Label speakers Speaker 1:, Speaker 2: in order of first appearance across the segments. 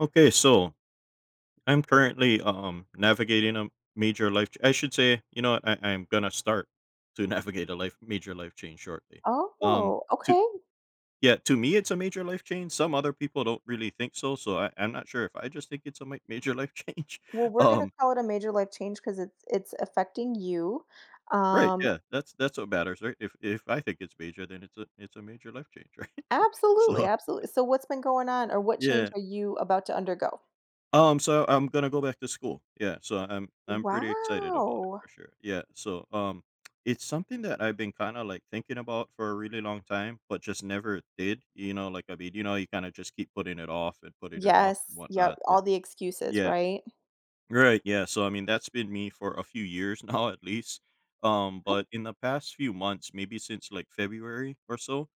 Speaker 1: Okay, so I'm currently navigating a major life. Ch- I should say, you know, what, I, I'm gonna start to navigate a life major life change shortly. Um,
Speaker 2: Oh,
Speaker 1: to
Speaker 2: okay.
Speaker 1: Yeah, to me, it's a major life change. Some other people don't really think so, so I'm not sure if I just think it's a major life change.
Speaker 2: Well, we're gonna
Speaker 1: Um,
Speaker 2: call it a major life change because it's affecting you.
Speaker 1: right?
Speaker 2: Um,
Speaker 1: Yeah, that's what matters, right? If I think it's major, then it's a major life change, right?
Speaker 2: absolutely,
Speaker 1: So
Speaker 2: absolutely. So what's been going on or what change
Speaker 1: yeah,
Speaker 2: are you about to undergo?
Speaker 1: so I'm gonna go back to school. Yeah, so I'm pretty excited about it
Speaker 2: Wow.
Speaker 1: for sure. Yeah, so it's something that I've been kind of like thinking about for a really long time, but just never did. You know, like I mean, you know, you kind of just keep putting it off and putting it off and
Speaker 2: Yes.
Speaker 1: whatnot.
Speaker 2: Yep.
Speaker 1: And
Speaker 2: All the excuses,
Speaker 1: yeah,
Speaker 2: right?
Speaker 1: right. Yeah, so I mean, that's been me for a few years now, at least.
Speaker 2: Okay.
Speaker 1: But in the past few months, maybe since like February or so,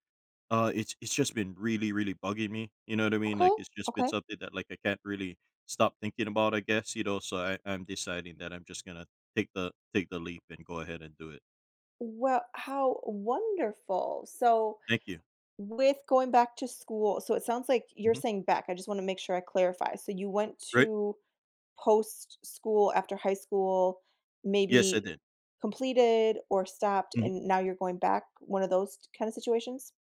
Speaker 1: it's just been really, really bugging me, you know what I mean?
Speaker 2: Okay.
Speaker 1: Like, it's just been
Speaker 2: Okay.
Speaker 1: something that, like, I can't really stop thinking about, I guess, you know, so I'm deciding that I'm just gonna take the leap and go ahead and do it.
Speaker 2: Well, how wonderful. So,
Speaker 1: Thank you.
Speaker 2: with going back to school, so it sounds like you're
Speaker 1: Mhm.
Speaker 2: saying back. I just want to make sure I clarify. So, you went
Speaker 1: Right?
Speaker 2: to post school, after high school,
Speaker 1: Yes, I
Speaker 2: maybe
Speaker 1: did.
Speaker 2: completed or stopped
Speaker 1: Mhm.
Speaker 2: and now you're going back, one of those kind of situations?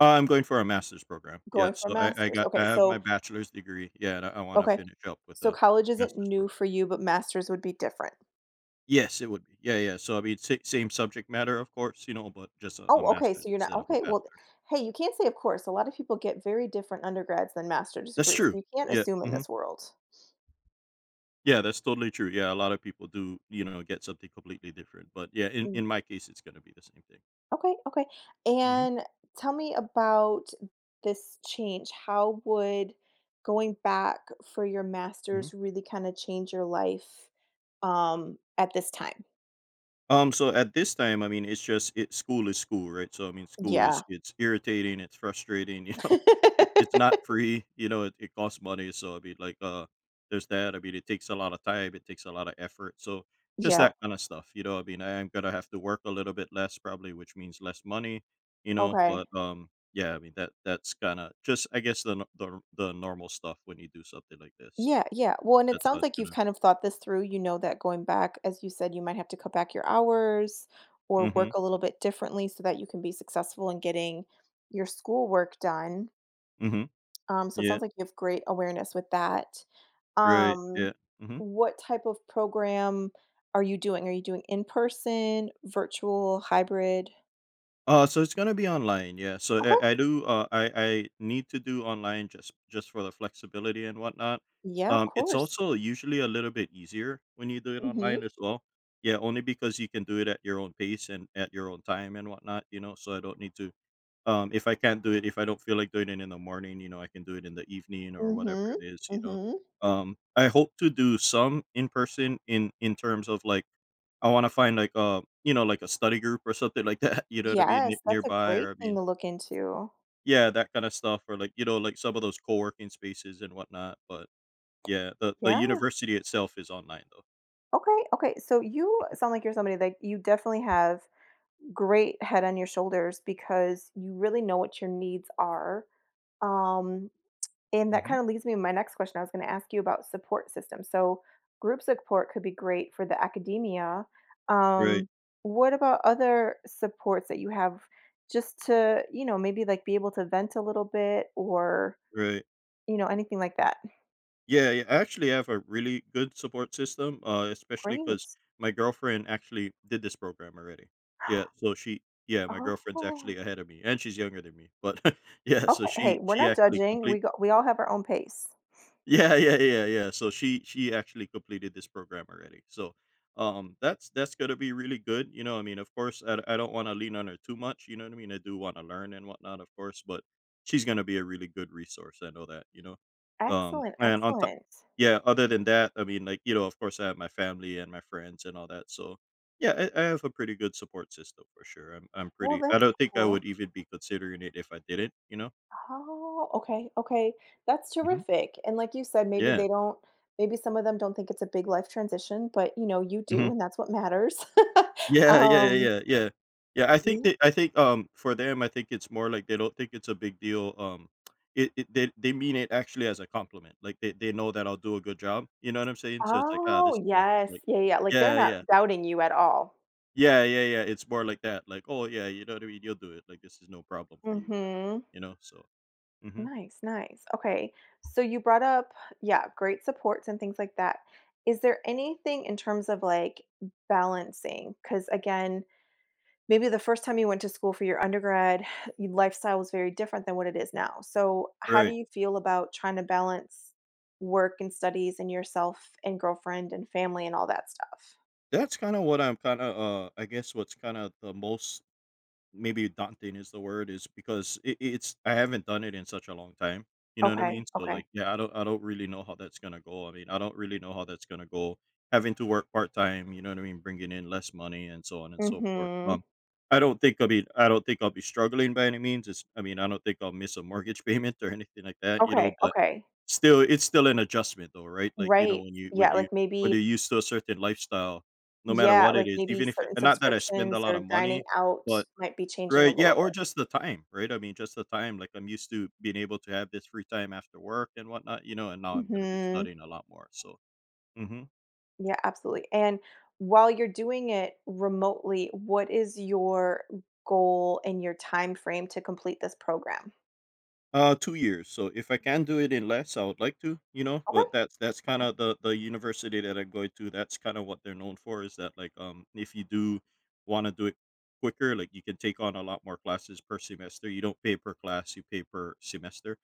Speaker 1: I'm going for a master's program. Yeah,
Speaker 2: Going for a
Speaker 1: so I I
Speaker 2: master's.
Speaker 1: got I
Speaker 2: Okay,
Speaker 1: have my
Speaker 2: so
Speaker 1: bachelor's degree. Yeah, and I wanna
Speaker 2: okay,
Speaker 1: finish up with
Speaker 2: so
Speaker 1: a
Speaker 2: college isn't
Speaker 1: master's
Speaker 2: new
Speaker 1: program.
Speaker 2: for you, but master's would be different.
Speaker 1: Yes, it would be. Yeah, yeah, so, I mean, sa same subject matter, of course, you know, but just a
Speaker 2: Oh, okay,
Speaker 1: master's
Speaker 2: so you're not
Speaker 1: instead of a
Speaker 2: okay, Well,
Speaker 1: bachelor's.
Speaker 2: hey, you can't say of course. A lot of people get very different undergrads than master's
Speaker 1: That's
Speaker 2: degrees.
Speaker 1: true.
Speaker 2: So you can't
Speaker 1: Yeah,
Speaker 2: assume in
Speaker 1: mhm.
Speaker 2: this world.
Speaker 1: Yeah, that's totally true. Yeah, a lot of people do, you know, get something completely different. But yeah, in my case, it's going to be the same thing.
Speaker 2: Okay, okay.
Speaker 1: hmm
Speaker 2: And tell me about this change. How would going back for your master's really kind of change your life at this time?
Speaker 1: so at this time, I mean, it's just it school is school, right? So I mean, school is
Speaker 2: Yeah.
Speaker 1: it's irritating, it's frustrating, you know, it, it's not free, you know, it costs money. So I mean, there's that. I mean, it takes a lot of time, it takes a lot of effort. So just
Speaker 2: Yeah.
Speaker 1: that kind of stuff, you know. I mean, I am gonna have to work a little bit less probably, which means less money, you know.
Speaker 2: Okay.
Speaker 1: But yeah, I mean that's kind of just I guess the the normal stuff when you do something like this. So
Speaker 2: Yeah, yeah. Well, and it
Speaker 1: that's how
Speaker 2: sounds
Speaker 1: it's
Speaker 2: like you've
Speaker 1: gonna.
Speaker 2: kind of thought this through. You know that going back, as you said, you might have to cut back your hours or
Speaker 1: Mm-hmm.
Speaker 2: work a little bit differently so that you can be successful in getting your schoolwork done.
Speaker 1: Mm-hmm.
Speaker 2: So it
Speaker 1: Yeah.
Speaker 2: sounds like you have great awareness with that.
Speaker 1: Right. Yeah.
Speaker 2: Um,
Speaker 1: Mm-hmm.
Speaker 2: what type of program are you doing? Are you doing in person, virtual, hybrid?
Speaker 1: So it's gonna be online, yeah. So
Speaker 2: Okay.
Speaker 1: I do, I need to do online just for the flexibility and whatnot.
Speaker 2: Yeah, of
Speaker 1: It's
Speaker 2: course.
Speaker 1: also usually a little bit easier when you do it
Speaker 2: Mhm.
Speaker 1: online as well. Yeah, only because you can do it at your own pace and at your own time and whatnot. You know, so I don't need to. If I can't do it, if I don't feel like doing it in the morning, you know, I can do it in the evening or whatever
Speaker 2: Mhm.
Speaker 1: it is. You know,
Speaker 2: Mhm.
Speaker 1: I hope to do some in person in terms of like I wanna find, like, a you know, like, a study group or something like that, you know what I mean, ne
Speaker 2: Yes, that's a
Speaker 1: nearby, or I
Speaker 2: great thing
Speaker 1: mean
Speaker 2: to look into.
Speaker 1: yeah, that kinda stuff, or, like, you know, like, some of those co-working spaces and whatnot, but yeah, the
Speaker 2: Yeah.
Speaker 1: university itself is online, though.
Speaker 2: Okay. Okay. So you sound like you're somebody that you definitely have great head on your shoulders because you really know what your needs are. Um And that
Speaker 1: Mhm.
Speaker 2: kind of leads me to my next question. I was going to ask you about support systems. So, group support could be great for the academia.
Speaker 1: Right,
Speaker 2: Um, what about other supports that you have just to, you know, maybe like be able to vent a little bit or,
Speaker 1: right.
Speaker 2: you know, anything like that?
Speaker 1: Yeah, yeah, I actually have a really good support system, especially because
Speaker 2: Great.
Speaker 1: my girlfriend actually did this program already. Yeah, so she yeah, my
Speaker 2: Oh,
Speaker 1: girlfriend's actually ahead of me, and she's younger than me, but yeah, so
Speaker 2: okay. Hey, we're
Speaker 1: she
Speaker 2: not
Speaker 1: actually
Speaker 2: judging.
Speaker 1: complete
Speaker 2: We go, we all have our own pace.
Speaker 1: Yeah, yeah, yeah, yeah. So she actually completed this program already. So that's gonna be really good. You know, I mean, of course, I don't want to lean on her too much. You know what I mean? I do want to learn and whatnot, of course, but she's gonna be a really good resource. I know that. You know, um,
Speaker 2: Excellent.
Speaker 1: and on top,
Speaker 2: Excellent.
Speaker 1: yeah. Other than that, I mean, like you know, of course, I have my family and my friends and all that. So yeah, I have a pretty good support system for sure. I'm
Speaker 2: Well,
Speaker 1: pretty. I
Speaker 2: that's
Speaker 1: don't think I would
Speaker 2: cool.
Speaker 1: even be considering it if I didn't. You know.
Speaker 2: Oh, okay, okay. That's
Speaker 1: hmm
Speaker 2: terrific. And like you said,
Speaker 1: Yeah.
Speaker 2: maybe some of them don't think it's a big life transition, but you know, you do, and that's what matters.
Speaker 1: Yeah, yeah, yeah,
Speaker 2: um,
Speaker 1: yeah, yeah. Yeah, I think
Speaker 2: yeah.
Speaker 1: that I think, for them, I think it's more like they don't think it's a big deal, it it they mean it actually as a compliment, like, they know that I'll do a good job, you know what I'm saying? So it's like, "Ah,
Speaker 2: Oh,
Speaker 1: this is nothing,"
Speaker 2: yes.
Speaker 1: like
Speaker 2: Yeah, yeah. Like they're
Speaker 1: yeah,
Speaker 2: not
Speaker 1: yeah.
Speaker 2: doubting you at all.
Speaker 1: Yeah, yeah, yeah, it's more like that, like, "Oh, yeah, you know what I mean? You'll do it, like, this is no problem for you," kinda thing,
Speaker 2: Mm-hmm.
Speaker 1: you know? So Mhm.
Speaker 2: Nice, nice. Okay. So you brought up, yeah, great supports and things like that. Is there anything in terms of like balancing? Because again, maybe the first time you went to school for your undergrad, your lifestyle was very different than what it is now. So, how do
Speaker 1: Right.
Speaker 2: you feel about trying to balance work and studies and yourself and girlfriend and family and all that stuff?
Speaker 1: That's kinda what I guess what's kinda the most maybe daunting is the word is because it it's I haven't done it in such a long time. You know what I
Speaker 2: Okay,
Speaker 1: mean? So
Speaker 2: okay.
Speaker 1: like, yeah, I don't really know how that's gonna go. I mean, I don't really know how that's gonna go. Having to work part time, you know what I mean, bringing in less money and so on and so forth.
Speaker 2: Mhm.
Speaker 1: I don't think I mean I don't think I'll be struggling by any means. It's I mean I don't think I'll miss a mortgage payment or anything like that, you know.
Speaker 2: Okay,
Speaker 1: But
Speaker 2: okay.
Speaker 1: still, it's still an adjustment though, right? Like you know
Speaker 2: Right.
Speaker 1: when you when you're used to a certain lifestyle, no matter
Speaker 2: Yeah,
Speaker 1: what it
Speaker 2: like
Speaker 1: is,
Speaker 2: maybe
Speaker 1: even if
Speaker 2: certain
Speaker 1: and not that I spend a
Speaker 2: subscriptions
Speaker 1: lot of
Speaker 2: or dining
Speaker 1: money,
Speaker 2: out
Speaker 1: but
Speaker 2: might be changing a
Speaker 1: right, yeah,
Speaker 2: little
Speaker 1: or
Speaker 2: bit.
Speaker 1: just the time, right? I mean, just the time, like, I'm used to being able to have this free time after work and whatnot, you know, and now I'm gonna be
Speaker 2: Mhm.
Speaker 1: studying a lot more, so Mhm.
Speaker 2: Yeah, absolutely, and while you're doing it remotely, what is your goal and your time frame to complete this program?
Speaker 1: 2 years, so if I can do it in less, I would like to, you know,
Speaker 2: Okay,
Speaker 1: but that's
Speaker 2: okay.
Speaker 1: kinda the university that I'm going to, that's kinda what they're known for is that, like, if you do wanna do it quicker, like, you can take on a lot more classes per semester, you don't pay per class, you pay per semester,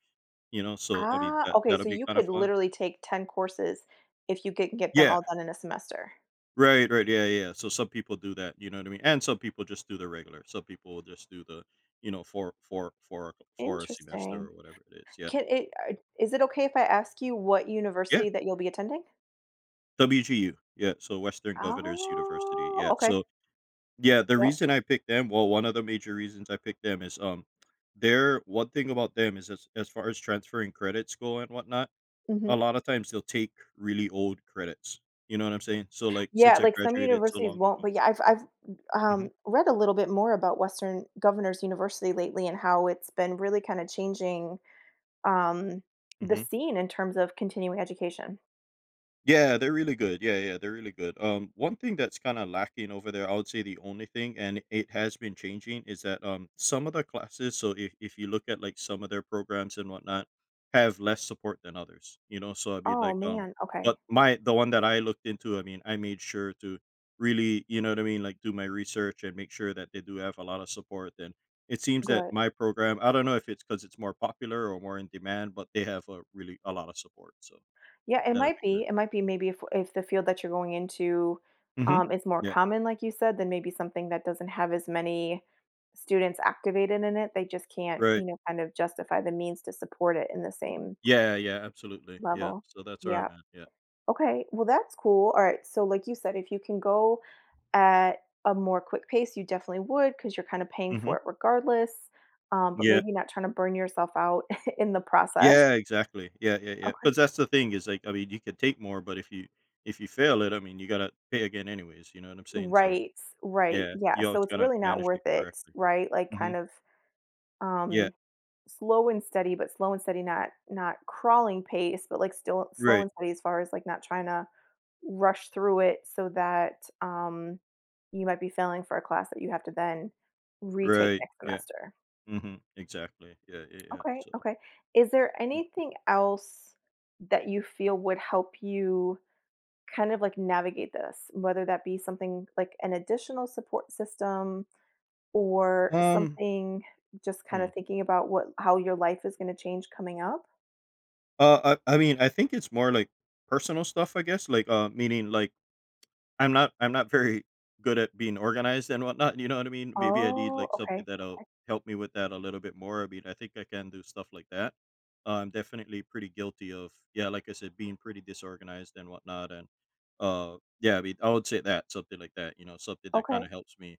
Speaker 1: you know, so, I mean,
Speaker 2: Ah,
Speaker 1: that
Speaker 2: okay,
Speaker 1: that'll
Speaker 2: so
Speaker 1: be
Speaker 2: you
Speaker 1: kinda
Speaker 2: could
Speaker 1: fun.
Speaker 2: literally take 10 courses if you could get them
Speaker 1: Yeah.
Speaker 2: all done in a semester.
Speaker 1: Right, right, yeah, yeah, yeah, so some people do that, you know what I mean? And some people just do the regular. Some people will just do the, you know, for a semester
Speaker 2: Interesting.
Speaker 1: or whatever it is. Yeah,
Speaker 2: Can it Is it okay if I ask you what
Speaker 1: yeah.
Speaker 2: university that you'll be attending?
Speaker 1: WGU, yeah. So Western Governors University,
Speaker 2: Oh,
Speaker 1: yeah.
Speaker 2: okay.
Speaker 1: So yeah, the
Speaker 2: Yep,
Speaker 1: reason I picked them, well, one of the major reasons I picked them is they're one thing about them is as far as transferring credits go and whatnot.
Speaker 2: mhm.
Speaker 1: A lot of times they'll take really old credits. You know what I'm saying? So like
Speaker 2: Yeah,
Speaker 1: since I
Speaker 2: like some
Speaker 1: graduated so long
Speaker 2: universities won't,
Speaker 1: ago.
Speaker 2: but yeah, I've I've
Speaker 1: hmm
Speaker 2: um, read a little bit more about Western Governors University lately and how it's been really kind of changing um, the scene in terms of continuing education.
Speaker 1: Yeah, they're really good. Yeah, yeah, they're really good. One thing that's kind of lacking over there, I would say the only thing, and it has been changing, is that some of the classes. So if you look at like some of their programs and whatnot, have less support than others. You know, so I mean,
Speaker 2: Oh man, okay,
Speaker 1: but my the one that I looked into, I mean, I made sure to really, you know what I mean, like do my research and make sure that they do have a lot of support. And it seems that
Speaker 2: good.
Speaker 1: my program, I don't know if it's because it's more popular or more in demand, but they have a really a lot of support. So
Speaker 2: Yeah, it
Speaker 1: that'll
Speaker 2: might
Speaker 1: be
Speaker 2: be.
Speaker 1: good.
Speaker 2: It might be maybe if the field that you're going into
Speaker 1: Mhm.
Speaker 2: is more
Speaker 1: Yeah.
Speaker 2: common, like you said, then maybe something that doesn't have as many students activated in it, they just can't,
Speaker 1: Right.
Speaker 2: you know, kind of justify the means to support it in the same
Speaker 1: Yeah, yeah, absolutely. Yeah.
Speaker 2: level.
Speaker 1: So that's where
Speaker 2: Yeah.
Speaker 1: I'm at. Yeah.
Speaker 2: Okay, well, that's cool. All right, so like you said, if you can go at a more quick pace, you definitely would because you're kind of paying
Speaker 1: Mhm.
Speaker 2: for it regardless, but
Speaker 1: Yeah.
Speaker 2: maybe not trying to burn yourself out in the process.
Speaker 1: Yeah, exactly. Yeah, yeah, yeah.
Speaker 2: Okay.
Speaker 1: Because that's the thing is like, I mean, you could take more, but if you fail it, I mean, you gotta pay again anyways. You know what I'm saying? So
Speaker 2: Right, right.
Speaker 1: yeah,
Speaker 2: Yeah,
Speaker 1: you always
Speaker 2: so it's
Speaker 1: gotta
Speaker 2: really not
Speaker 1: manage it
Speaker 2: worth it,
Speaker 1: correctly.
Speaker 2: right? Like
Speaker 1: Mhm.
Speaker 2: kind of
Speaker 1: Yeah.
Speaker 2: um slow and steady, but slow and steady, not crawling pace, but like still slow
Speaker 1: Right.
Speaker 2: and steady as far as like not trying to rush through it so that, you might be failing for a class that you have to then retake
Speaker 1: Right.
Speaker 2: next
Speaker 1: Yeah.
Speaker 2: semester.
Speaker 1: Mhm. Exactly. Yeah. Yeah. Yeah.
Speaker 2: Okay,
Speaker 1: So.
Speaker 2: okay. Is there anything else that you feel would help you kind of like navigate this, whether that be something like an additional support system or
Speaker 1: Um.
Speaker 2: something just kind
Speaker 1: hmm.
Speaker 2: of thinking about what how your life is going to change coming up?
Speaker 1: I mean, I think it's more like personal stuff, I guess. Meaning like. I'm not very good at being organized and whatnot, you know what I mean? Maybe I need,
Speaker 2: Oh,
Speaker 1: like, something
Speaker 2: okay.
Speaker 1: that'll help me with that a little bit more, I mean, I think I can do stuff like that. I'm definitely pretty guilty of yeah, like I said, being pretty disorganized and whatnot, and, yeah, I mean, I would say that, something like that, you know, something that
Speaker 2: Okay.
Speaker 1: kinda helps me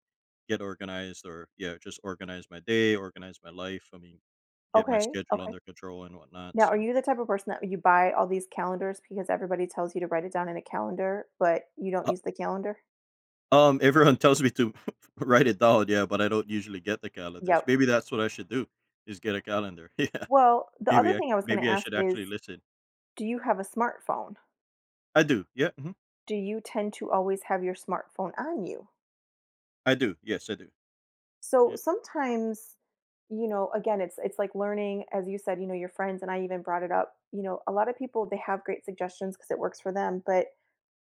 Speaker 1: get organized or, yeah, just organize my day, organize my life, I mean, get my
Speaker 2: Okay.
Speaker 1: schedule
Speaker 2: Okay.
Speaker 1: under control and whatnot,
Speaker 2: Now, are
Speaker 1: so
Speaker 2: you the type of person that you buy all these calendars because everybody tells you to write it down in a calendar, but you don't
Speaker 1: uh,
Speaker 2: use the calendar?
Speaker 1: Everyone tells me to write it down, yeah, but I don't usually get the calendars.
Speaker 2: Yep.
Speaker 1: Maybe that's what I should do, is get a calendar. Yeah,
Speaker 2: Well, the other thing I was going to
Speaker 1: maybe I
Speaker 2: ask
Speaker 1: should actually
Speaker 2: is
Speaker 1: listen.
Speaker 2: do you have a smartphone?
Speaker 1: I do, yeah, mhm,
Speaker 2: Do you tend to always have your smartphone on you?
Speaker 1: I do, yes, I do.
Speaker 2: So
Speaker 1: Yeah,
Speaker 2: sometimes, you know, again, it's like learning as you said, you know, your friends and I even brought it up, you know, a lot of people they have great suggestions because it works for them, but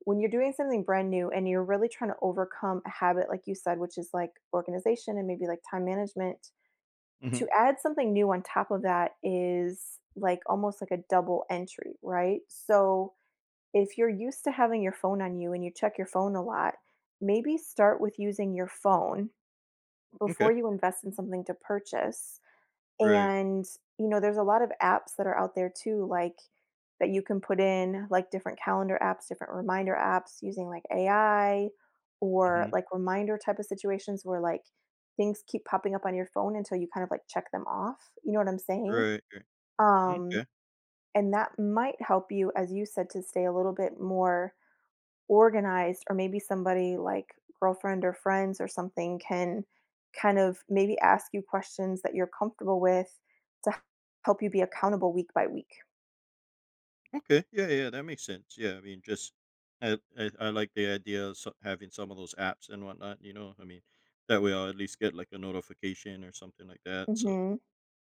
Speaker 2: when you're doing something brand new and you're really trying to overcome a habit like you said, which is like organization and maybe like time management,
Speaker 1: mhm,
Speaker 2: to add something new on top of that is like almost like a double entry, right? So if you're used to having your phone on you and you check your phone a lot, maybe start with using your phone
Speaker 1: okay,
Speaker 2: before you invest in something to purchase
Speaker 1: right,
Speaker 2: and, you know, there's a lot of apps that are out there too, like that you can put in like different calendar apps, different reminder apps using like AI or
Speaker 1: mhm,
Speaker 2: like reminder type of situations where like things keep popping up on your phone until you kind of like check them off. You know what I'm saying?
Speaker 1: right, right,
Speaker 2: Um,
Speaker 1: okay,
Speaker 2: and that might help you, as you said, to stay a little bit more organized or maybe somebody like girlfriend or friends or something can kind of maybe ask you questions that you're comfortable with to help you be accountable week by week.
Speaker 1: okay, yeah, yeah, that makes sense. Yeah, I mean, just I like the idea of having some of those apps and whatnot. You know, I mean, that way I'll at least get like a notification or something like that. So
Speaker 2: Mhm.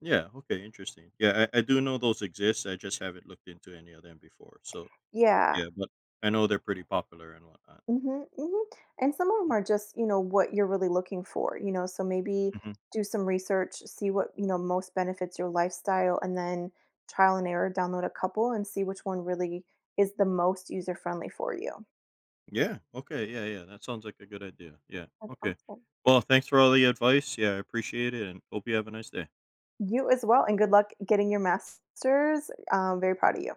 Speaker 1: yeah. Okay. Interesting. Yeah, I do know those exist. I just haven't looked into any of them before. So
Speaker 2: Yeah.
Speaker 1: yeah, but I know they're pretty popular and whatnot.
Speaker 2: Mhm. Mhm. And some of them are just, you know, what you're really looking for, you know, so maybe
Speaker 1: hmm.
Speaker 2: do some research, see what, you know, most benefits your lifestyle and then trial and error download a couple and see which one really is the most user friendly for you.
Speaker 1: Yeah. Okay. Yeah. Yeah. That sounds like a good idea. Yeah.
Speaker 2: That's
Speaker 1: Okay.
Speaker 2: awesome.
Speaker 1: Well, thanks for all the advice. Yeah, I appreciate it, and hope you have a nice day.
Speaker 2: You as well, and good luck getting your master's. I very proud of you.